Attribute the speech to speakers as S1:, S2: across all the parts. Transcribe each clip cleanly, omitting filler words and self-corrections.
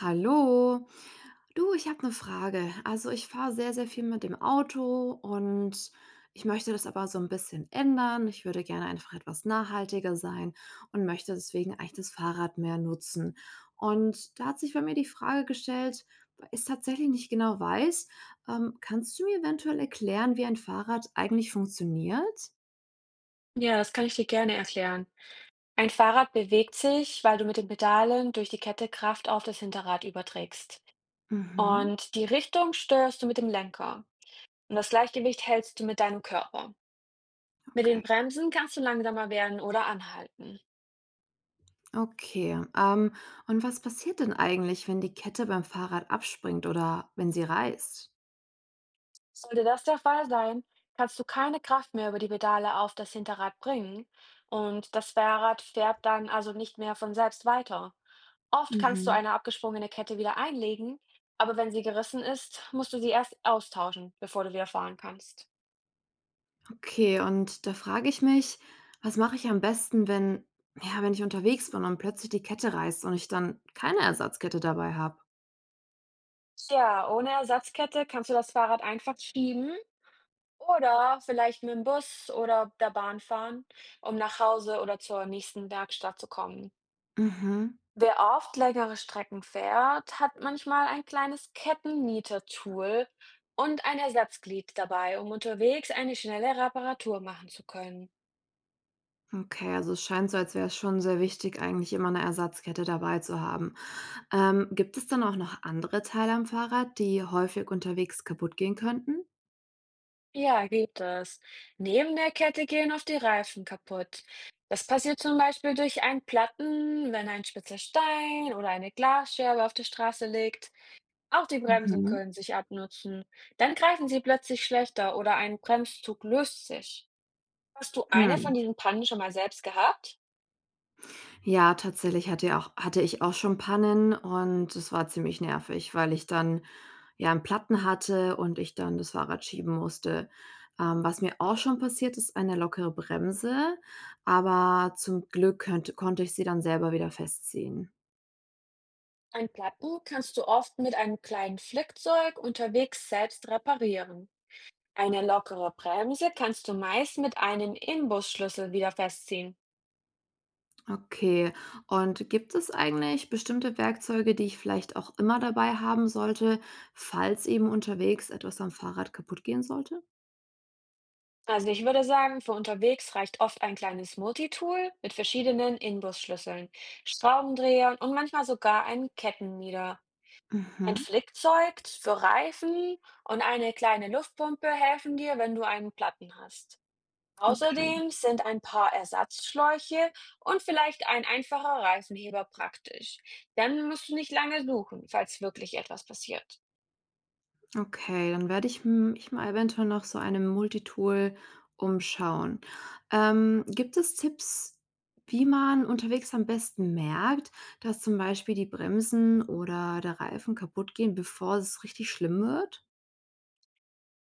S1: Hallo. Du, ich habe eine Frage. Also, ich fahre sehr, sehr viel mit dem Auto und ich möchte das aber so ein bisschen ändern. Ich würde gerne einfach etwas nachhaltiger sein und möchte deswegen eigentlich das Fahrrad mehr nutzen. Und da hat sich bei mir die Frage gestellt, weil ich es tatsächlich nicht genau weiß. Kannst du mir eventuell erklären, wie ein Fahrrad eigentlich funktioniert?
S2: Ja, das kann ich dir gerne erklären. Ein Fahrrad bewegt sich, weil du mit den Pedalen durch die Kette Kraft auf das Hinterrad überträgst.
S1: Mhm,
S2: Und die Richtung steuerst du mit dem Lenker. Und das Gleichgewicht hältst du mit deinem Körper. Mit den
S1: okay.
S2: Bremsen kannst du langsamer werden oder anhalten.
S1: Okay, und was passiert denn eigentlich, wenn die Kette beim Fahrrad abspringt oder wenn sie reißt?
S2: Sollte das der Fall sein, kannst du keine Kraft mehr über die Pedale auf das Hinterrad bringen und das Fahrrad fährt dann also nicht mehr von selbst weiter. Oft kannst du
S1: Mhm.
S2: eine abgesprungene Kette wieder einlegen, aber wenn sie gerissen ist, musst du sie erst austauschen, bevor du wieder fahren kannst.
S1: Okay, und da frage ich mich, was mache ich am besten, wenn, ja, wenn ich unterwegs bin und plötzlich die Kette reißt und ich dann keine Ersatzkette dabei habe?
S2: Tja, ohne Ersatzkette kannst du das Fahrrad einfach schieben oder vielleicht mit dem Bus oder der Bahn fahren, um nach Hause oder zur nächsten Werkstatt zu kommen.
S1: Mhm.
S2: Wer oft längere Strecken fährt, hat manchmal ein kleines Kettennieter-Tool und ein Ersatzglied dabei, um unterwegs eine schnelle Reparatur machen zu können.
S1: Okay, also es scheint so, als wäre es schon sehr wichtig, eigentlich immer eine Ersatzkette dabei zu haben. Gibt es dann auch noch andere Teile am Fahrrad, die häufig unterwegs kaputt gehen könnten?
S2: Ja, gibt es. Neben der Kette gehen oft die Reifen kaputt. Das passiert zum Beispiel durch einen Platten, wenn ein spitzer Stein oder eine Glasscherbe auf der Straße liegt. Auch die Bremsen
S1: Mhm.
S2: können sich abnutzen. Dann greifen sie plötzlich schlechter oder ein Bremszug löst sich. Hast du eine
S1: Hm.
S2: von diesen Pannen schon mal selbst gehabt?
S1: Ja, tatsächlich hatte ich auch schon Pannen, und es war ziemlich nervig, weil ich dann, ja, 'n Platten hatte und ich dann das Fahrrad schieben musste. Was mir auch schon passiert ist, eine lockere Bremse, aber zum Glück könnt konnte ich sie dann selber wieder festziehen.
S2: Ein Platten kannst du oft mit einem kleinen Flickzeug unterwegs selbst reparieren. Eine lockere Bremse kannst du meist mit einem Imbusschlüssel wieder festziehen.
S1: Okay, und gibt es eigentlich bestimmte Werkzeuge, die ich vielleicht auch immer dabei haben sollte, falls eben unterwegs etwas am Fahrrad kaputt gehen sollte?
S2: Also ich würde sagen, für unterwegs reicht oft ein kleines Multitool mit verschiedenen Inbusschlüsseln, Schraubendrehern und manchmal sogar einen Kettennieter. Ein
S1: Mhm,
S2: Flickzeug für Reifen und eine kleine Luftpumpe helfen dir, wenn du einen Platten hast.
S1: okay.
S2: Außerdem sind ein paar Ersatzschläuche und vielleicht ein einfacher Reifenheber praktisch. Dann musst du nicht lange suchen, falls wirklich etwas passiert.
S1: Okay, dann werde ich mich mal eventuell noch so einem Multitool umschauen. Gibt es Tipps, wie man unterwegs am besten merkt, dass zum Beispiel die Bremsen oder der Reifen kaputt gehen, bevor es richtig schlimm wird?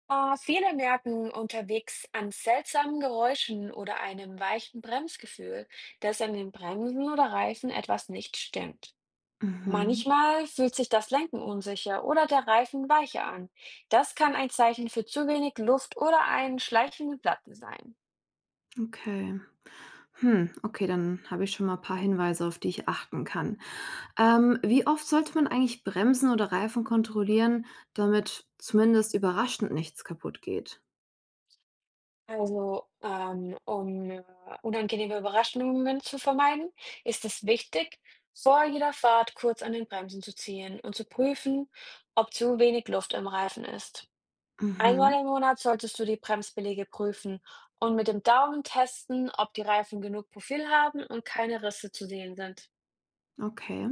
S2: Ah, viele merken unterwegs an seltsamen Geräuschen oder einem weichen Bremsgefühl, dass an den Bremsen oder Reifen etwas nicht stimmt.
S1: Mhm,
S2: Manchmal fühlt sich das Lenken unsicher oder der Reifen weicher an. Das kann ein Zeichen für zu wenig Luft oder einen schleichenden Platten sein.
S1: okay. Hm, okay, dann habe ich schon mal ein paar Hinweise, auf die ich achten kann. Wie oft sollte man eigentlich Bremsen oder Reifen kontrollieren, damit zumindest überraschend nichts kaputt geht?
S2: Also, um unangenehme Überraschungen zu vermeiden, ist es wichtig, vor jeder Fahrt kurz an den Bremsen zu ziehen und zu prüfen, ob zu wenig Luft im Reifen ist. Einmal
S1: Mhm.
S2: im Monat solltest du die Bremsbeläge prüfen und mit dem Daumen testen, ob die Reifen genug Profil haben und keine Risse zu sehen sind.
S1: Okay,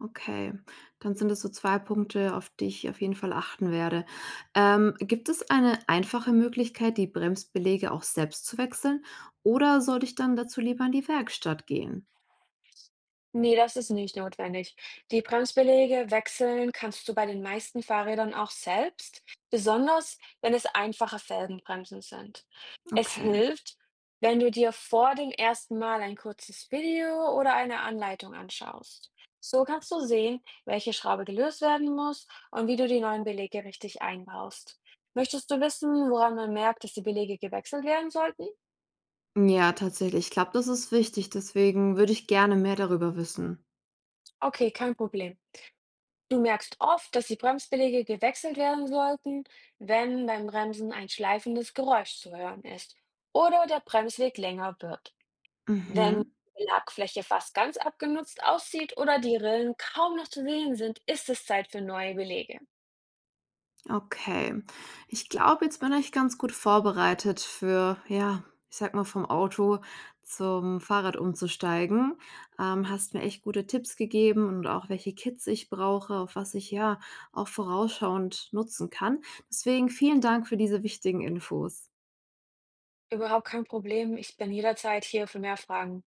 S1: okay. Dann sind das so zwei Punkte, auf die ich auf jeden Fall achten werde. Gibt es eine einfache Möglichkeit, die Bremsbeläge auch selbst zu wechseln, oder sollte ich dann dazu lieber in die Werkstatt gehen?
S2: Nee, das ist nicht notwendig. Die Bremsbeläge wechseln kannst du bei den meisten Fahrrädern auch selbst, besonders wenn es einfache Felgenbremsen sind. Es
S1: Okay.
S2: hilft, wenn du dir vor dem ersten Mal ein kurzes Video oder eine Anleitung anschaust. So kannst du sehen, welche Schraube gelöst werden muss und wie du die neuen Belege richtig einbaust. Möchtest du wissen, woran man merkt, dass die Belege gewechselt werden sollten?
S1: Ja, tatsächlich. Ich glaube, das ist wichtig. Deswegen würde ich gerne mehr darüber wissen.
S2: Okay, kein Problem. Du merkst oft, dass die Bremsbeläge gewechselt werden sollten, wenn beim Bremsen ein schleifendes Geräusch zu hören ist oder der Bremsweg länger wird. Wenn
S1: Mhm,
S2: die Lackfläche fast ganz abgenutzt aussieht oder die Rillen kaum noch zu sehen sind, ist es Zeit für neue Belege.
S1: okay. Ich glaube, jetzt bin ich ganz gut vorbereitet für, ja, ich sag mal, vom Auto zum Fahrrad umzusteigen. Hast mir echt gute Tipps gegeben und auch welche Kits ich brauche, auf was ich ja auch vorausschauend nutzen kann. Deswegen vielen Dank für diese wichtigen Infos.
S2: Überhaupt kein Problem. Ich bin jederzeit hier für mehr Fragen.